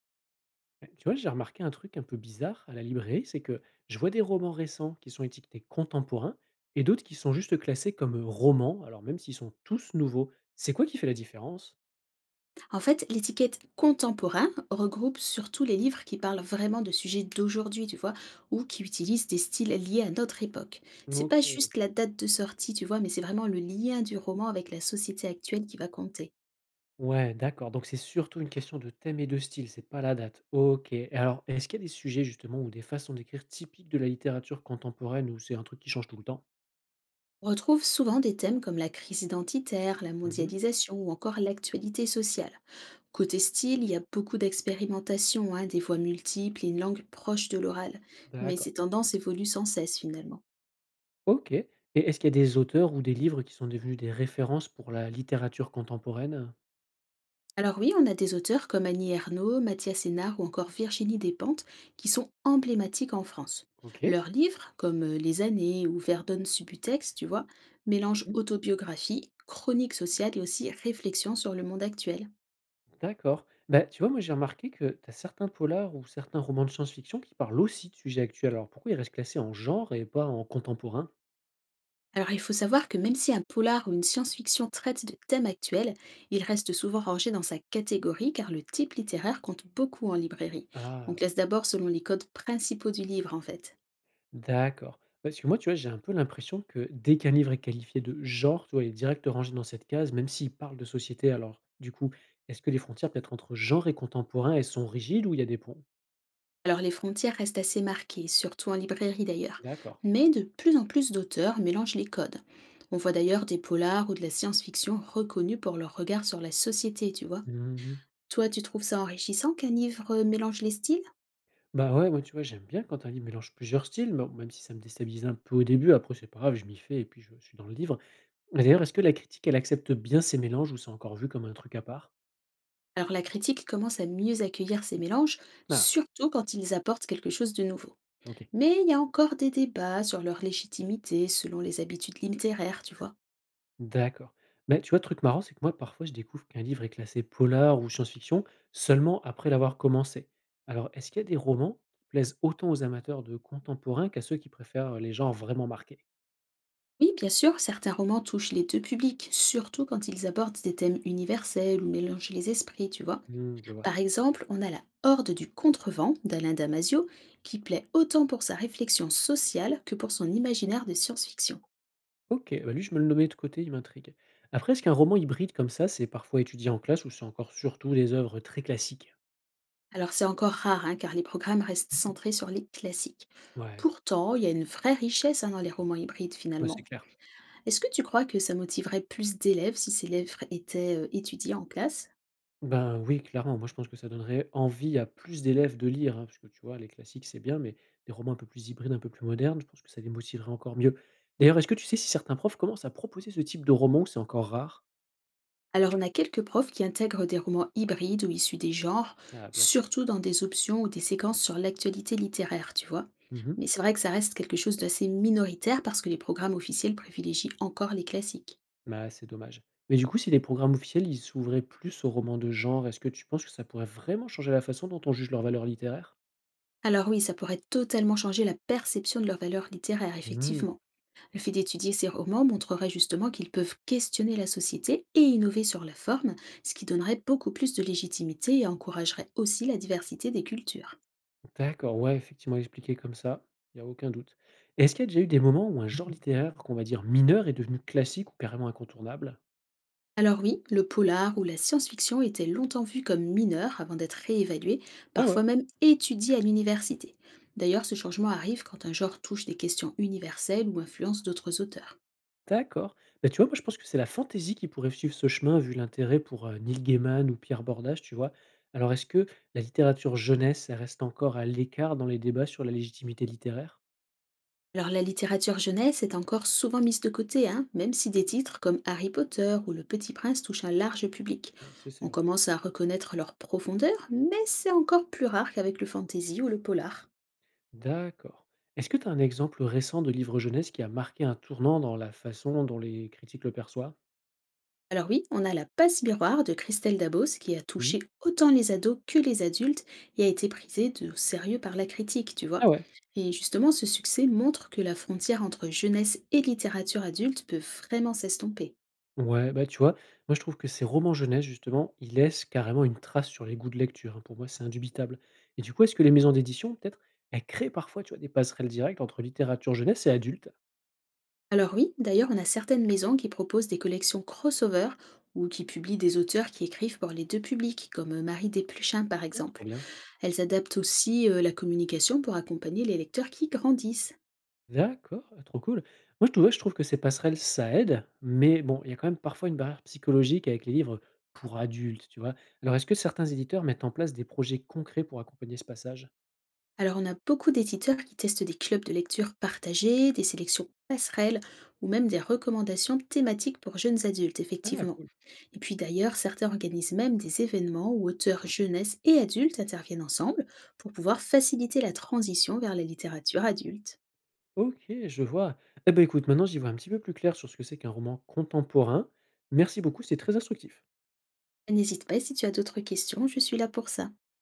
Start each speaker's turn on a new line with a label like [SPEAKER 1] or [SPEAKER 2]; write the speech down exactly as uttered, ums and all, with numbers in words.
[SPEAKER 1] Ouais, tu vois, j'ai remarqué un truc un peu bizarre à la librairie, c'est que je vois des romans récents qui sont étiquetés contemporains et d'autres qui sont juste classés comme euh, romans, alors même s'ils sont tous nouveaux. C'est quoi qui fait la différence?
[SPEAKER 2] En fait, l'étiquette contemporain regroupe surtout les livres qui parlent vraiment de sujets d'aujourd'hui, tu vois, ou qui utilisent des styles liés à notre époque. C'est
[SPEAKER 1] Ok.
[SPEAKER 2] pas juste la date de sortie, tu vois, mais c'est vraiment le lien du roman avec la société actuelle qui va compter.
[SPEAKER 1] Ouais, d'accord. Donc c'est surtout une question de thème et de style, c'est pas la date. Ok. Et alors, est-ce qu'il y a des sujets justement ou des façons d'écrire typiques de la littérature contemporaine ou c'est un truc qui change tout le temps?
[SPEAKER 2] On retrouve souvent des thèmes comme la crise identitaire, la
[SPEAKER 1] Mhm.
[SPEAKER 2] mondialisation ou encore l'actualité sociale. Côté style, il y a beaucoup d'expérimentations, hein, des voix multiples et une langue proche de l'oral, mais
[SPEAKER 1] D'accord.
[SPEAKER 2] ces tendances évoluent sans cesse finalement.
[SPEAKER 1] Ok. Et est-ce qu'il y a des auteurs ou des livres qui sont devenus des références pour la littérature contemporaine?
[SPEAKER 2] Alors oui, on a des auteurs comme Annie Ernaux, Mathias Sénard ou encore Virginie Despentes qui sont emblématiques en France.
[SPEAKER 1] Ok.
[SPEAKER 2] Leurs livres, comme euh, Les années ou Verdun Subutex, tu vois, mélangent autobiographie, chronique sociale et aussi réflexion sur le monde actuel.
[SPEAKER 1] D'accord. Bah, tu vois, moi, j'ai remarqué que tu as certains polars ou certains romans de science-fiction qui parlent aussi de sujets actuels. Alors, pourquoi ils restent classés en genre et pas en contemporain?
[SPEAKER 2] Alors il faut savoir que même si un polar ou une science-fiction traite de thèmes actuels, il reste souvent rangé dans sa catégorie car le type littéraire compte beaucoup en librairie.
[SPEAKER 1] Ah,
[SPEAKER 2] On
[SPEAKER 1] ouais.
[SPEAKER 2] classe d'abord selon les codes principaux du livre en fait.
[SPEAKER 1] D'accord. Parce que moi, tu vois, j'ai un peu l'impression que dès qu'un livre est qualifié de genre, tu vois, il est direct rangé dans cette case, même s'il parle de société. Alors, du coup, est-ce que les frontières peut-être entre genre et contemporain, elles sont rigides ou il y a des ponts?
[SPEAKER 2] Alors les frontières restent assez marquées, surtout en librairie d'ailleurs,
[SPEAKER 1] D'accord.
[SPEAKER 2] mais de plus en plus d'auteurs mélangent les codes. On voit d'ailleurs des polars ou de la science-fiction reconnus pour leur regard sur la société, tu vois.
[SPEAKER 1] Mhm.
[SPEAKER 2] Toi, tu trouves ça enrichissant qu'un livre euh, mélange les styles?
[SPEAKER 1] Bah ouais, moi, tu vois, j'aime bien quand un livre mélange plusieurs styles, bon, même si ça me déstabilise un peu au début. Après, c'est pas grave, je m'y fais et puis je suis dans le livre. Mais d'ailleurs, est-ce que la critique, elle accepte bien ces mélanges ou c'est encore vu comme un truc à part?
[SPEAKER 2] Alors la critique commence à mieux accueillir ces mélanges,
[SPEAKER 1] Ah,
[SPEAKER 2] surtout quand ils apportent quelque chose de nouveau.
[SPEAKER 1] OK.
[SPEAKER 2] Mais il y a encore des débats sur leur légitimité selon les habitudes littéraires, tu vois.
[SPEAKER 1] D'accord. Mais tu vois, truc marrant, c'est que moi, parfois, je découvre qu'un livre est classé polar ou science-fiction seulement après l'avoir commencé. Alors, est-ce qu'il y a des romans qui plaisent autant aux amateurs de contemporains qu'à ceux qui préfèrent les genres vraiment marqués?
[SPEAKER 2] Oui, bien sûr, certains romans touchent les deux publics, surtout quand ils abordent des thèmes universels ou mélangent les esprits, tu vois.
[SPEAKER 1] Hmm, je vois.
[SPEAKER 2] Par exemple, on a La Horde du Contrevent d'Alain Damasio, qui plaît autant pour sa réflexion sociale que pour son imaginaire de science-fiction.
[SPEAKER 1] OK, bah lui, je me le nommais de côté, il m'intrigue. Après, est-ce qu'un roman hybride comme ça, c'est parfois étudié en classe ou c'est encore surtout des œuvres très classiques?
[SPEAKER 2] Alors c'est encore rare, hein, car les programmes restent centrés sur les classiques.
[SPEAKER 1] Ouais,
[SPEAKER 2] Pourtant, il y a une vraie richesse hein, dans les romans hybrides
[SPEAKER 1] ouais, c'est
[SPEAKER 2] finalement.
[SPEAKER 1] clair.
[SPEAKER 2] Est-ce que tu crois que ça motiverait plus d'élèves si ces livres étaient euh, étudiés en classe?
[SPEAKER 1] Ben oui, clairement. Moi, je pense que ça donnerait envie à plus d'élèves de lire, hein, parce que tu vois, les classiques, c'est bien, mais des romans un peu plus hybrides, un peu plus modernes, je pense que ça les motiverait encore mieux. D'ailleurs, est-ce que tu sais si certains profs commencent à proposer ce type de roman ou c'est encore rare?
[SPEAKER 2] Alors, on a quelques profs qui intègrent des romans hybrides ou issus des genres,
[SPEAKER 1] Ah bien.
[SPEAKER 2] surtout dans des options ou des séquences sur l'actualité littéraire, tu vois.
[SPEAKER 1] Mhm.
[SPEAKER 2] Mais c'est vrai que ça reste quelque chose d'assez minoritaire parce que les programmes officiels privilégient encore les classiques.
[SPEAKER 1] Bah, c'est dommage. Mais du coup, si les programmes officiels, ils s'ouvraient plus aux romans de genre, est-ce que tu penses que ça pourrait vraiment changer la façon dont on juge leur valeur littéraire?
[SPEAKER 2] Alors oui, ça pourrait totalement changer la perception de leur valeur littéraire,
[SPEAKER 1] Hmm,
[SPEAKER 2] effectivement. Le fait d'étudier ces romans montrerait justement qu'ils peuvent questionner la société et innover sur la forme, ce qui donnerait beaucoup plus de légitimité et encouragerait aussi la diversité des cultures.
[SPEAKER 1] d'accord, ouais, effectivement, expliqué comme ça, il n'y a aucun doute. Est-ce qu'il y a déjà eu des moments où un genre littéraire qu'on va dire mineur est devenu classique ou carrément incontournable?
[SPEAKER 2] Alors oui, le polar ou la science-fiction était longtemps vu comme mineur avant d'être réévalué,
[SPEAKER 1] Ah ouais,
[SPEAKER 2] parfois même étudié à l'université. D'ailleurs, ce changement arrive quand un genre touche des questions universelles ou influence d'autres auteurs.
[SPEAKER 1] d'accord. Bah, tu vois, moi, je pense que c'est la fantaisie qui pourrait suivre ce chemin vu l'intérêt pour, heu, Neil Gaiman ou Pierre Bordage, tu vois? Alors est-ce que la littérature jeunesse, elle reste encore à l'écart dans les débats sur la légitimité littéraire?
[SPEAKER 2] Alors la littérature jeunesse est encore souvent mise de côté, hein, même si des titres comme Harry Potter ou Le Petit Prince touchent un large public.
[SPEAKER 1] Ouais, ça, c'est
[SPEAKER 2] On
[SPEAKER 1] vrai.
[SPEAKER 2] commence à reconnaître leur profondeur, mais c'est encore plus rare qu'avec le fantasy ou le polar.
[SPEAKER 1] D'accord. Est-ce que tu as un exemple récent de livre jeunesse qui a marqué un tournant dans la façon dont les critiques le perçoivent?
[SPEAKER 2] Alors oui, on a la passe miroir de Christelle Dabos qui a
[SPEAKER 1] Mmh.
[SPEAKER 2] touché autant les ados que les adultes et a été prisée de sérieux par la critique, tu vois.
[SPEAKER 1] Ah ouais.
[SPEAKER 2] Et justement, ce succès montre que la frontière entre jeunesse et littérature adulte peut vraiment s'estomper.
[SPEAKER 1] Ouais, bah, tu vois, moi je trouve que ces romans jeunesse justement, ils laissent carrément une trace sur les goûts de lecture, hein. Pour moi, c'est indubitable et du coup, est-ce que les maisons d'édition peut-être, elles créent parfois, tu vois, des passerelles directes entre littérature jeunesse et adulte?
[SPEAKER 2] Alors oui, d'ailleurs, on a certaines maisons qui proposent des collections crossover ou qui publient des auteurs qui écrivent pour les deux publics, comme euh, Marie Desplechin par
[SPEAKER 1] Ah, trop
[SPEAKER 2] exemple.
[SPEAKER 1] bien.
[SPEAKER 2] Elles adaptent aussi euh, la communication pour accompagner les lecteurs qui grandissent.
[SPEAKER 1] D'accord, ah, trop cool. Moi je trouve ouais, je trouve que ces passerelles, ça aide, mais bon, il y a quand même parfois une barrière psychologique avec les livres pour adultes, tu vois? Alors est-ce que certains éditeurs mettent en place des projets concrets pour accompagner ce passage?
[SPEAKER 2] Alors, on a beaucoup d'éditeurs qui testent des clubs de lecture partagés, des sélections passerelles ou même des recommandations thématiques pour jeunes adultes,
[SPEAKER 1] Ah
[SPEAKER 2] effectivement.
[SPEAKER 1] cool.
[SPEAKER 2] Et puis d'ailleurs, certains organisent même des événements où auteurs jeunesse et adultes interviennent ensemble pour pouvoir faciliter la transition vers la littérature adulte.
[SPEAKER 1] OK, je vois. Eh ben écoute, maintenant j'y vois un petit peu plus clair sur ce que c'est qu'un roman contemporain. Merci beaucoup, c'est très instructif.
[SPEAKER 2] N'hésite pas si tu as d'autres questions, je suis là pour ça.